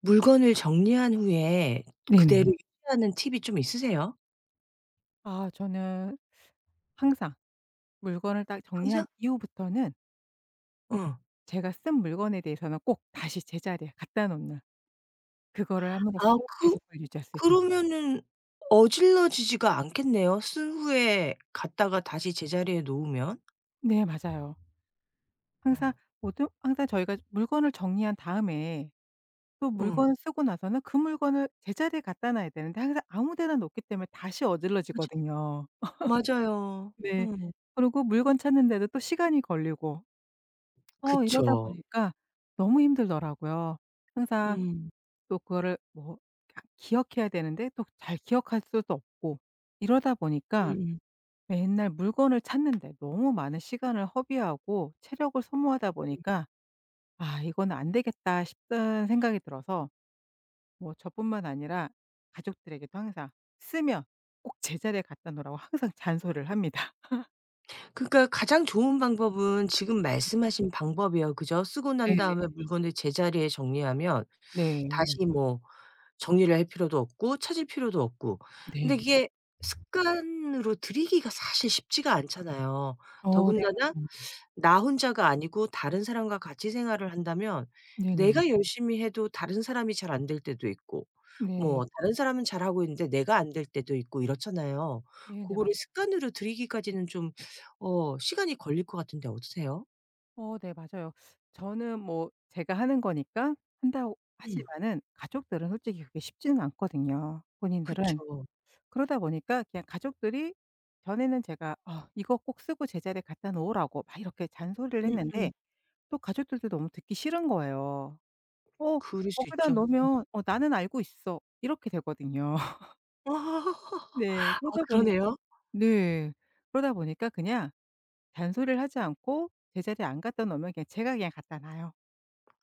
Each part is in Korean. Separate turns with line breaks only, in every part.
물건을 정리한 후에 그대로
네네.
유지하는 팁이 좀 있으세요?
아 저는 항상 물건을 딱 정리한
항상?
이후부터는
어.
제가 쓴 물건에 대해서는 꼭 다시 제자리에 갖다 놓는 그거를 함으로써
아 그
계속 그걸 유지할 수 있는
그러면은 어질러지지가 않겠네요, 쓴 후에 갖다가 다시 제자리에 놓으면.
네 맞아요. 항상
어.
모든 항상 저희가 물건을 정리한 다음에 또
응.
물건을 쓰고 나서는 그 물건을 제자리에 갖다 놔야 되는데 항상 아무 데나 놓기 때문에 다시
맞아
어질러지거든요.
맞아요.
네.
음.
그리고 물건 찾는데도 또 시간이 걸리고 어 이러다
그쵸.
보니까 너무 힘들더라고요. 항상
음.
또 그거를 뭐 아 기억해야 되는데 또 잘 기억할 수도 없고 이러다 보니까
음음. 음.
맨날 물건을 찾는데 너무 많은 시간을 허비하고 체력을 소모하다
음음.
보니까 '아 이건 안 되겠다.' 싶은 생각이 들어서 뭐 저뿐만 아니라 가족들에게도 항상 "쓰면 꼭 제자리에 갖다 놓으라."고 항상 잔소리를 합니다.
그러니까 가장 좋은 방법은 지금 말씀하신 방법이에요. 그죠? 쓰고 난
네네.
다음에 물건을 제자리에 정리하면
네. 맞
다시 뭐 정리를 할 필요도 없고 찾을 필요도 없고. 근데
네.
이게 습관으로 들이기가 사실 쉽지가 않잖아요.
어 네
더군다나
맞아요.
나 혼자가 아니고 다른 사람과 같이 생활을 한다면
네네.
내가 열심히 해도 다른 사람이 잘 안 될 때도 있고
네.
뭐 다른 사람은 잘하고 있는데 내가 안 될 때도 있고 이렇잖아요. 그
네네.
거를
맞아요.
습관으로 들이기까지는 좀 시간이 걸릴 것 같은데 어떠세요?
어 네 맞아요. 저는 뭐 제가 하는 거니까 한다고
음.
하지만은 가족들은 솔직히 그게 쉽지는 않거든요 본인들은.
그쵸.
그러다 보니까 그냥 가족들이 전에는 제가 어, 이거 꼭 쓰고 제자리에 갖다 놓으라고." 막 이렇게 잔소리를 했는데
음음.
또 가족들도 너무 듣기 싫은 거예요. "어
그럴 수
거기다
있죠.
놓으면 어 나는 알고 있어." 이렇게 되거든요. 네.
아
그러다 보니까
그러네요.
네. 그러다 보니까 그냥 잔소리를 하지 않고 제자리에 안 갖다 놓으면 그냥 제가 그냥 갖다 놔요.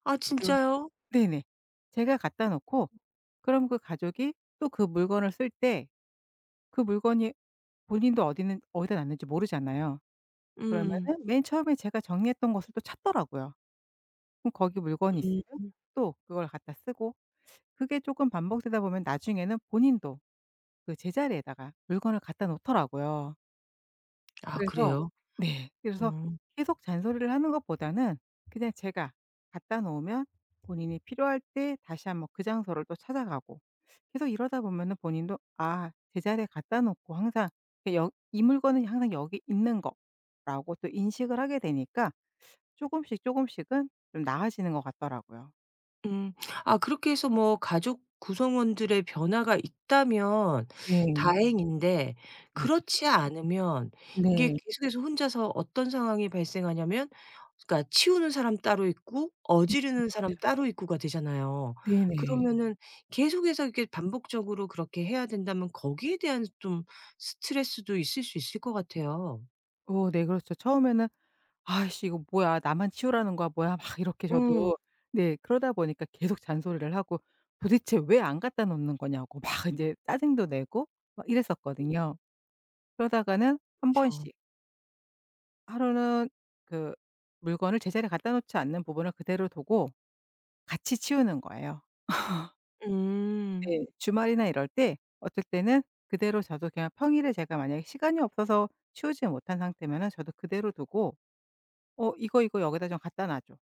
아
그
진짜요?
네네. 제가 갖다 놓고 그럼 그 가족이 또 그 물건을 쓸 때 그 물건이 본인도 어디는 어디다 놨는지 모르잖아요.
음.
그러면은 맨 처음에 제가 정리했던 것을 또 찾더라고요. 그럼 거기 물건이
음.
있으면 또 그걸 갖다 쓰고 그게 조금 반복되다 보면 나중에는 본인도 그 제자리에다가 물건을 갖다 놓더라고요.
아
그래서
그래요?
네. 그래서
음.
계속 잔소리를 하는 것보다는 그냥 제가 갖다 놓으면 본인이 필요할 때 다시 한번 그 장소를 또 찾아가고 계속 이러다 보면은 본인도 '아 제자리에 갖다 놓고 항상 그 여 이 물건은 항상 여기 있는 거.'라고 또 인식을 하게 되니까 쪼금씩 쪼금씩은 좀 나아지는 것 같더라고요.
음. 아 그렇게 해서 뭐 가족 구성원들의 변화가 있다면
네.
다행인데
맞아요.
그렇지 않으면 이게 네.
네.
계속해서 혼자서 어떤 상황이 발생하냐면 그러니까 치우는 사람 따로 있고 어지르는 사람
맞아요.
따로 있고가 되잖아요.
네네.
그러면은 계속해서 이렇게 반복적으로 그렇게 해야 된다면 거기에 대한 좀 스트레스도 있을 수 있을 것 같아요.
어 네 그렇죠. 처음에는 '아이씨 이거 뭐야. 나만 치우라는 거야 뭐야.' 막 이렇게
음
저도 네 그러다 보니까 계속 잔소리를 하고 도대체 왜 안 갖다 놓는 거냐고 막 인제 짜증도 내고 막 이랬었거든요. 그러다가는 한
그쵸.
번씩 하루는 그 물건을 제자리에 갖다 놓지 않는 부분을 그대로 두고 같이 치우는 거예요.
음.
네. 주말이나 이럴 때 어떨 때는 그대로 저도 그냥 평일에 제가 만약에 시간이 없어서 치우지 못한 상태면은 저도 그대로 두고 "어 이거, 이거 여기다 좀 갖다 놔 줘."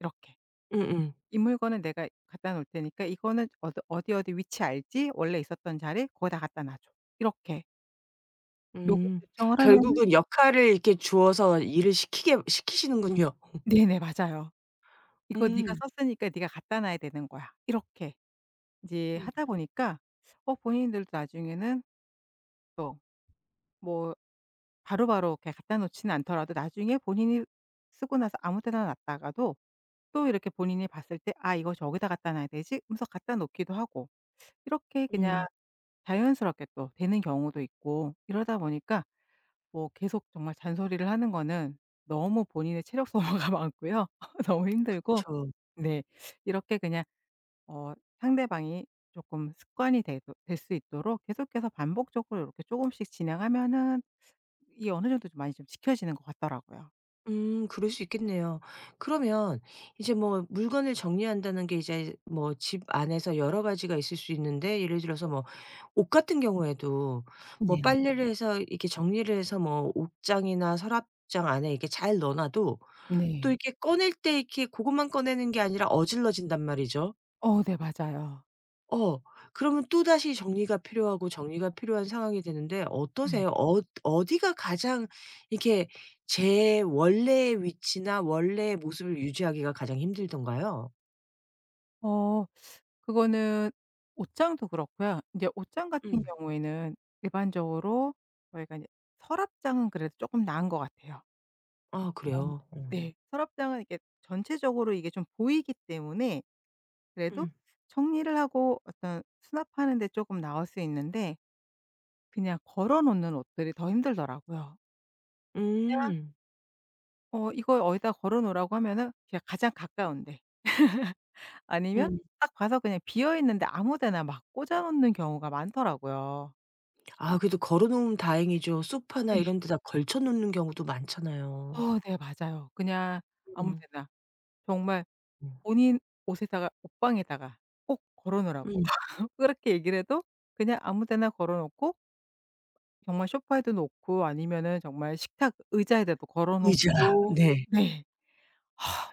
이렇게.
음음.
이 물건은 내가 갖다 놓을 테니까 이거는 어디 어디 어디 위치 알지? 원래 있었던 자리 거기다 갖다 놔 줘. 이렇게 요거
음.
요청을 하면은
결국은 역할을 이렇게 주어서 일을 시키게 시키시는군요.
네네. 맞아요. "이거 네가
음.
썼으니까 네가 갖다 놔야 되는 거야." 이렇게 이제
음
하다 보니까 어 본인들도 나중에는 또 뭐 바로바로 이렇게 갖다 놓지는 않더라도 나중에 본인이 쓰고 나서 아무 데나 놨다가도 또 이렇게 본인이 봤을 때 '아 이거 저기다 갖다 놔야 되지?' 하면서 갖다 놓기도 하고. 이렇게 그냥
음.
자연스럽게 또 되는 경우도 있고 이러다 보니까 뭐 계속 정말 잔소리를 하는 거는 너무 본인의 체력 소모가 많고요. 너무 힘들고
그쵸.
네. 이렇게 그냥 어 상대방이 조금 습관이 될 수 있도록 계속해서 반복적으로 이렇게 조금씩 진행하면은 이게 어느 정도 좀 많이 좀 지켜지는 것 같더라고요.
그럴 수 있겠네요. 그러면 이제 뭐 물건을 정리한다는 게 이제 뭐 집 안에서 여러 가지가 있을 수 있는데 예를 들어서
네.
뭐 옷 같은 경우에도 뭐
네네.
빨래를 해서 이렇게 정리를 해서 뭐 옷장이나 서랍장 안에 이렇게 잘 넣어 놔도 또
네.
이렇게 꺼낼 때 이렇게 고것만 꺼내는 게 아니라 어질러진단 말이죠.
어 네 맞아요.
어. 그러면 또다시 정리가 필요하고 정리가 필요한 상황이 되는데
네네.
어떠세요? 어디가 가장 이렇게 제 원래의 위치나 원래의 모습을 유지하기가 가장 힘들던가요?
어 그거는 옷장도 그렇고요. 이제 옷장 같은
음.
경우에는 일반적으로 저희가 제 서랍장은 그래도 조금 나은 것 같아요.
아
아
그래요?
네.
어.
네. 서랍장은 이게 전체적으로 이게 좀 보이기 때문에 그래도
음.
정리를 하고 어떤 수납하는 데 조금 나을 수 있는데 그냥 걸어 놓는 옷들이 더 힘들더라고요. 그냥
음.
어 이거 어디다 걸어 놓으라고 하면은 그냥 가장 가까운 데 아니면
음.
딱 봐서 그냥 비어 있는데 아무 데나 막 꽂아 놓는 경우가 많더라고요.
아 그래도 걸어 놓으면 다행이죠. 소파나 이런 데다 걸쳐 놓는 경우도 많잖아요.
어 네 맞아요. 그냥 아무
음.
데나 정말
음.
본인 옷에다가 옷방에다가 꼭 걸어 놓으라고
음.
그렇게 얘기를 해도 그냥 아무 데나 걸어 놓고 정말 소파에도 놓고 아니면은 정말 식탁 의자에다도 걸어
의자.
놓고
네.
네.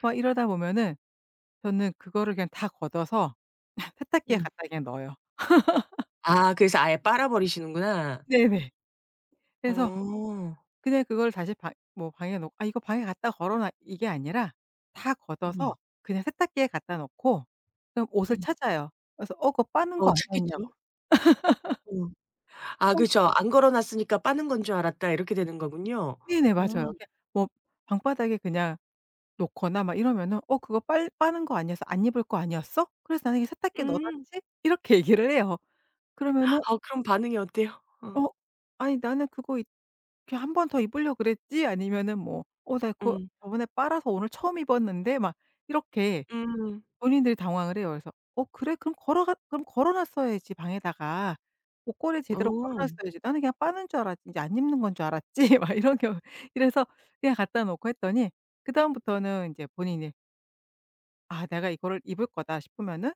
막 이러다 보면은 저는 그거를 그냥 다 걷어서 세탁기에
음.
갖다 그냥 넣어요.
아 그래서 아예 빨아 버리시는구나.
네네. 그래서
어.
근데 그걸 다시 방 뭐 방에 놓 '아 이거 방에 갖다 걸어 놔.' 이게 아니라 다 걷어서
음.
그냥 세탁기에 갖다 놓고 그럼 옷을
음.
찾아요. 그래서 "어 그거 빠는
어
거
찾겠죠.
아니었냐고."
어. 아
어
그죠. '안 걸어 놨으니까 빠는 건 줄 알았다.' 이렇게 되는 거군요.
네네.
음.
맞아요. 그냥 뭐 방바닥에 그냥 놓거나 막 이러면은 "어 그거 빨 빠는 거 아니었어? 안 입을 거 아니었어? 그래서 나는 이게 세탁기에 넣어
음.
놨지?" 이렇게 얘기를 해요. 그러면은
아 그럼 반응이 어때요? 어.
어 아니 나는 그거 이렇게 한 번 더 입으려고 그랬지 아니면은 뭐 "어 나 그거
음.
저번에 빨아서 오늘 처음 입었는데." 막 이렇게
음.
본인들이 당황을 해요. 그래서 "어 그래? 그럼 걸어가 그럼 걸어 놨어야지 방에다가. 옷걸이 제대로 걸어
어.
놨어야지. 나는 그냥 빠는 줄 알았지. 이제 안 입는 건 줄 알았지." 막 이런 경우 이래서 그냥 갖다 놓고 했더니 그다음부터는 이제 본인이 '아 내가 이거를 입을 거다.' 싶으면은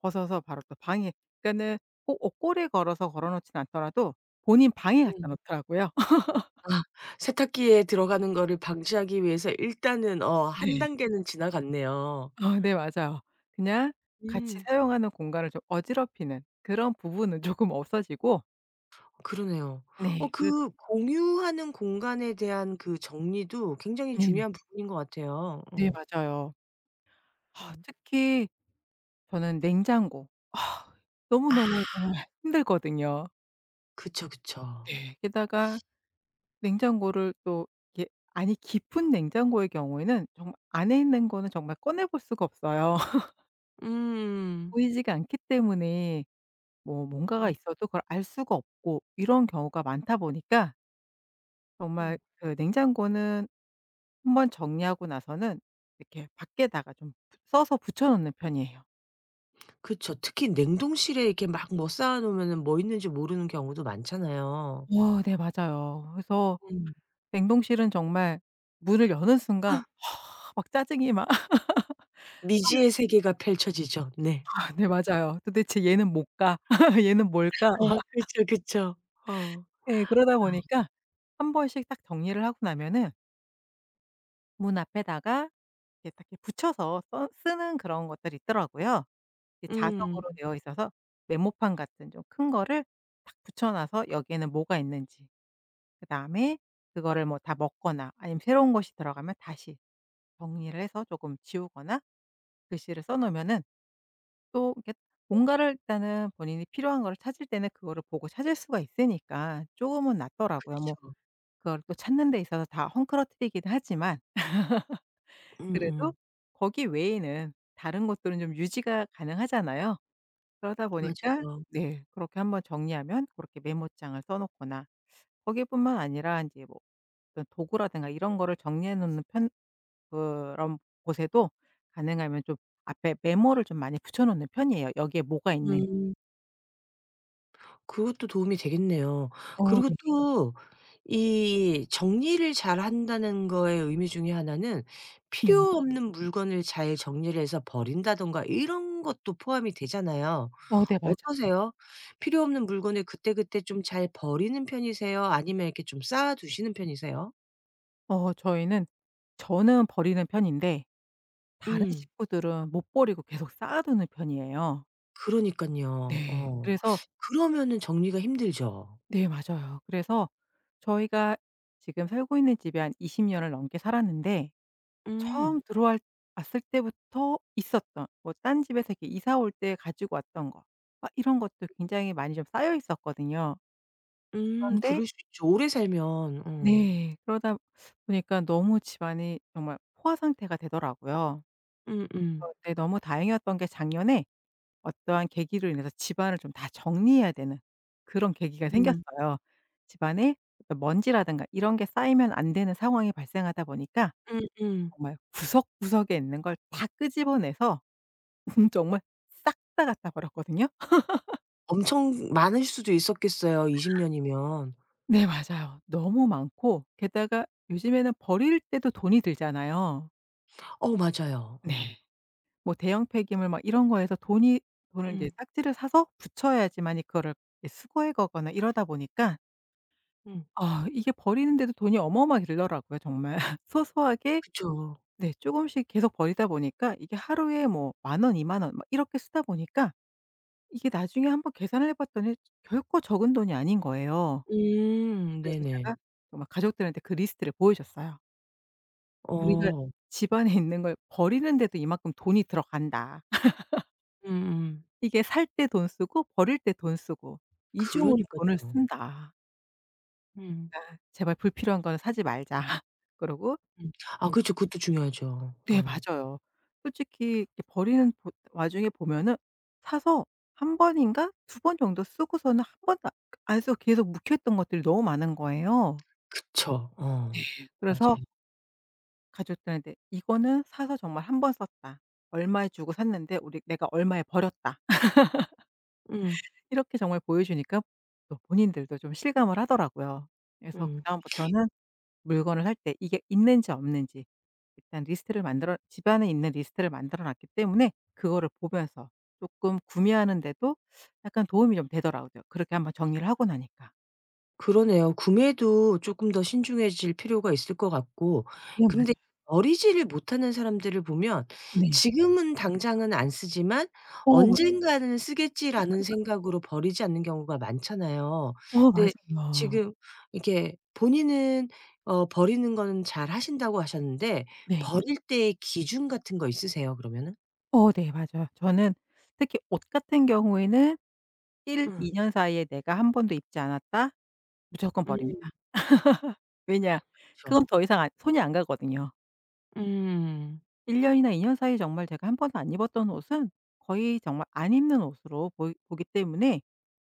벗어서 바로 또 방에 그러니까는 꼭 옷걸이에 걸어서 걸어 놓진 않더라도 본인 방에 갖다
음.
놓더라고요.
아 세탁기에 들어가는 거를 방지하기 위해서 일단은 한
네.
단계는 지나갔네요.
어 네 맞아요. 그냥 같이
음.
사용하는 공간을 좀 어지럽히는 그런 부분은 조금 없어지고
그러네요. 어
네 그리
그 공유하는 공간에 대한 그 정리도 굉장히
네네.
중요한 부분인 것 같아요.
네
어.
맞아요. 아
음.
특히 저는 냉장고. 아
아
너무너무 정말 힘들거든요.
그쵸, 그쵸.
네. 게다가 냉장고를 또 이게 안이 깊은 냉장고의 경우에는 정말 안에 있는 거는 정말 꺼내 볼 수가 없어요.
음.
보이지가 않기 때문에 뭐 뭔가가
음.
있어도 그걸 알 수가 없고 이런 경우가 많다 보니까 정말
음.
그 냉장고는 한번 정리하고 나서는 이렇게 밖에다가 좀 부 써서 붙여 놓는 편이에요.
그쵸. 특히 냉동실에 이렇게 막 뭐 쌓아 놓으면은 뭐 있는지 모르는 경우도 많잖아요.
와 네 맞아요. 그래서
음.
냉동실은 정말 문을 여는
아
순간 허, 막 짜증이 막
미지의 세계가 펼쳐지죠. 네.
네 맞아요. '도대체 얘는 뭘까? 얘는 뭘까?' 막
아 그쵸, 그쵸. 어.
네, 그러다 보니까 한 번씩 딱 정리를 하고 나면은 문 앞에다가 이렇게 딱 이렇게 붙여서 써 쓰는 그런 것들이 있더라고요. 이
음.
자석으로 되어 있어서 메모판 같은 좀 큰 거를 딱 붙여 놔서 여기에는 뭐가 있는지 그다음에 그거를 뭐 다 먹거나 아니면 새로운 것이 들어가면 다시 정리를 해서 조금 지우거나 글씨를 써 놓으면은 또 이렇게 뭔가를 일단은 본인이 필요한 거를 찾을 때는 그거를 보고 찾을 수가 있으니까 조금은 낫더라고요. 뭐
그쵸.
그걸 또 찾는 데 있어서 다 헝클어뜨리긴 하지만 그래도
음음.
거기 외에는 다른 것들은 좀 유지가 가능하잖아요. 그러다 보니까
맞아요.
네 그렇게 한번 정리하면 그렇게 메모장을 써 놓거나 거기뿐만 아니라 이제 뭐 어떤 도구라든가 이런 거를 정리해 놓는 편 그런 곳에도 가능하면 좀 앞에 메모를 좀 많이 붙여 놓는 편이에요, 여기에 뭐가 있는지.
음. 그것도 도움이 되겠네요.
어
그리고
네.
또 이 정리를 잘한다는 거의 의미 중에 하나는
네.
필요 없는 물건을 잘 정리를 해서 버린다든가 이런 것도 포함이 되잖아요.
어 네 맞아요.
어떠세요? 필요 없는 물건을 그때그때 좀 잘 버리는 편이세요? 아니면 이렇게 좀 쌓아 두시는 편이세요?
어 저희는 저는 버리는 편인데 다른
음.
식구들은 못 버리고 계속 쌓아 두는 편이에요.
그러니깐요.
네.
어.
그래서
그러면은 정리가 힘들죠.
네 맞아요. 그래서 저희가 지금 살고 있는 집에 한 20년 년을 넘게 살았는데
음.
처음 들어왔 왔을 때부터 있었던 뭐 딴 집에서 이렇게 이사 올 때 가지고 왔던 거 막 이런 것도 굉장히 많이 좀 쌓여 있었거든요. 그런데
그럴 수 있죠. 오래 살면. 어.
네 그러다 보니까 너무 집안이 정말 포화 상태가 되더라고요.
음음. 음.
그런데 너무 다행이었던 게 작년에 어떠한 계기로 인해서 집안을 좀 다 정리해야 되는 그런 계기가
음.
생겼어요. 집안에 어떤 먼지라든가 이런 게 쌓이면 안 되는 상황이 발생하다 보니까
음음.
정말 구석구석에 있는 걸 다 끄집어내서 정말 싹 다 갖다 버렸거든요.
엄청 많을 수도 있었겠어요 20 년이면.
네 맞아요. 너무 많고 게다가 요즘에는 버릴 때도 돈이 들잖아요.
어 맞아요.
네.
어.
뭐 대형 폐기물 막 이런 거에서 돈이 돈을 이제
음.
싹지를 사서 붙여야지만이 그거를 이제 수거해 가거나 이러다 보니까
음.
아 이게 버리는데도 돈이 어마어마하게 들더라고요 정말. 소소하게
그쵸.
네 조금씩 계속 버리다 보니까 이게 하루에 뭐 10,000원, 20,000원 막 이렇게 쓰다 보니까 이게 나중에 한번 계산을 해 봤더니 결코 적은 돈이 아닌 거예요.
음.
그래서
네네.
제가 정말 가족들한테 그 리스트를 보여줬어요. "우리가
어.
집안에 있는 걸 버리는데도 이만큼 돈이 들어간다.
음음.
이게 살 때 돈 쓰고 버릴 때 돈 쓰고 이중으로 돈을
그러니깐요.
쓴다.
음.
제발 불필요한 거는 사지 말자." 그러고
음. 아 그렇죠. 그것도 중요하죠.
네
어.
맞아요. 솔직히 이렇게 버리는 보 와중에 보면은 사서 한 번인가 두 번 정도 쓰고서는 한 번도 안 쓰고 계속 묵혀있던 것들이 너무 많은 거예요.
그쵸. 어.
그래서
맞아요.
가족들한테 "이거는 사서 정말 한 번 썼다. 얼마에 주고 샀는데 우리 내가 얼마에 버렸다."
음.
이렇게 정말 보여주니까 또 본인들도 좀 실감을 하더라고요. 그래서
음.
그다음부터는 물건을 할 때 이게 있는지 없는지 일단 리스트를 만들어 집안에 있는 리스트를 만들어 놨기 때문에 그거를 보면서 조금 구매하는 데도 약간 도움이 좀 되더라고요. 그렇게 한번 정리를 하고 나니까.
그러네요. 구매도 조금 더 신중해질 필요가 있을 것 같고
네
근데
맞아요.
버리지를 못하는 사람들을 보면
네.
지금은 당장은 안 쓰지만
어 맞
'언젠가는 쓰겠지.'라는 생각으로 버리지 않는 경우가 많잖아요.
어
근데
맞아요.
지금 이렇게 본인은 버리는 거는 잘 하신다고 하셨는데
네.
버릴 때의 기준 같은 거 있으세요 그러면은?
어 네 맞아요. 저는 특히 옷 같은 경우에는
응.
1-2년 사이에 내가 한 번도 입지 않았다? 무조건 버립니다.
음
왜냐? 그건
그쵸.
더 이상 안 손이 안 가거든요.
음.
1 년이나 2년 사이에 정말 제가 한 번도 안 입었던 옷은 거의 정말 안 입는 옷으로 보이 보기 때문에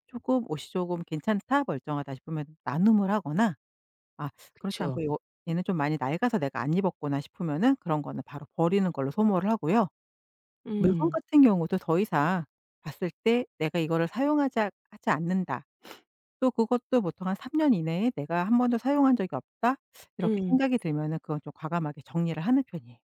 조금 옷이 조금 '괜찮다. 멀쩡하다.' 싶으면 나눔을 하거나 아 그렇지
그쵸.
않고 이거 '얘는 좀 많이 낡아서 내가 안 입었구나.' 싶으면은 그런 거는 바로 버리는 걸로 소모를 하고요. 물건
음.
같은 경우도 더 이상 봤을 때 '내가 이거를 사용하자 하지 않는다.' 또 그것도 보통 한 3년 이내에 '내가 한 번도 사용한 적이 없다.' 이렇게
음.
생각이 들면은 그건 좀 과감하게 정리를 하는 편이에요.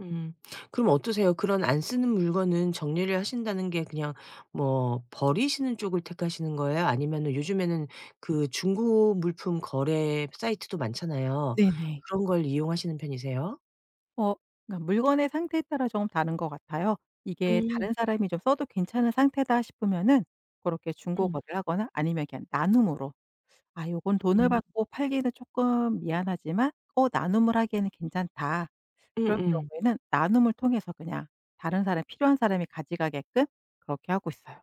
음. 그럼 어떠세요? 그런 안 쓰는 물건은 정리를 하신다는 게 그냥 뭐 버리시는 쪽을 택하시는 거예요? 아니면은 요즘에는 그 중고 물품 거래 사이트도 많잖아요.
네네.
그런 걸 이용하시는 편이세요?
어 그러니까 물건의 상태에 따라 조금 다른 것 같아요. 이게
음.
다른 사람이 좀 써도 괜찮은 상태다 싶으면은 고렇게
음.
중고거래를 하거나 아니면 그냥 나눔으로 '아 요건 돈을
음.
받고 팔기는 쪼끔 미안하지만 어 나눔을 하기에는 괜찮다.' 그런
음음.
경우에는 나눔을 통해서 그냥 다른 사람 필요한 사람이 가져가게끔 그렇게 하고 있어요.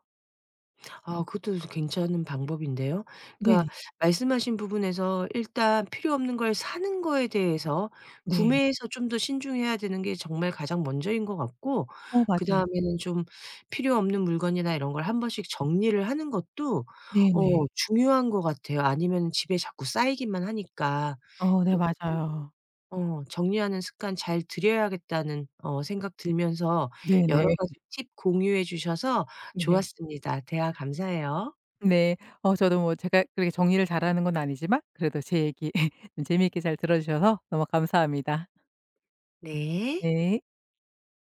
아 그것도 괜찮은 방법인데요.
네네.
그러니까 말씀하신 부분에서 일단 필요 없는 걸 사는 거에 대해서
네.
구매에서 좀 더 신중해야 되는 게 정말 가장 먼저인 것 같고
어 맞아요.
그다음에는 좀 필요 없는 물건이나 이런 걸 한 번씩 정리를 하는 것도
네네.
중요한 것 같아요. 아니면 집에 자꾸 쌓이기만 하니까.
어 네
그래서
맞아요.
'정리하는 습관 잘 들여야겠다.'는 생각 들면서 여러
네네.
가지 팁 공유해 주셔서
네.
좋았습니다. 대화 감사해요.
네. 어 저도 뭐 제가 그렇게 정리를 잘하는 건 아니지만 그래도 제 얘기 재미있게 잘 들어 주셔서 너무 감사합니다.
네.
네.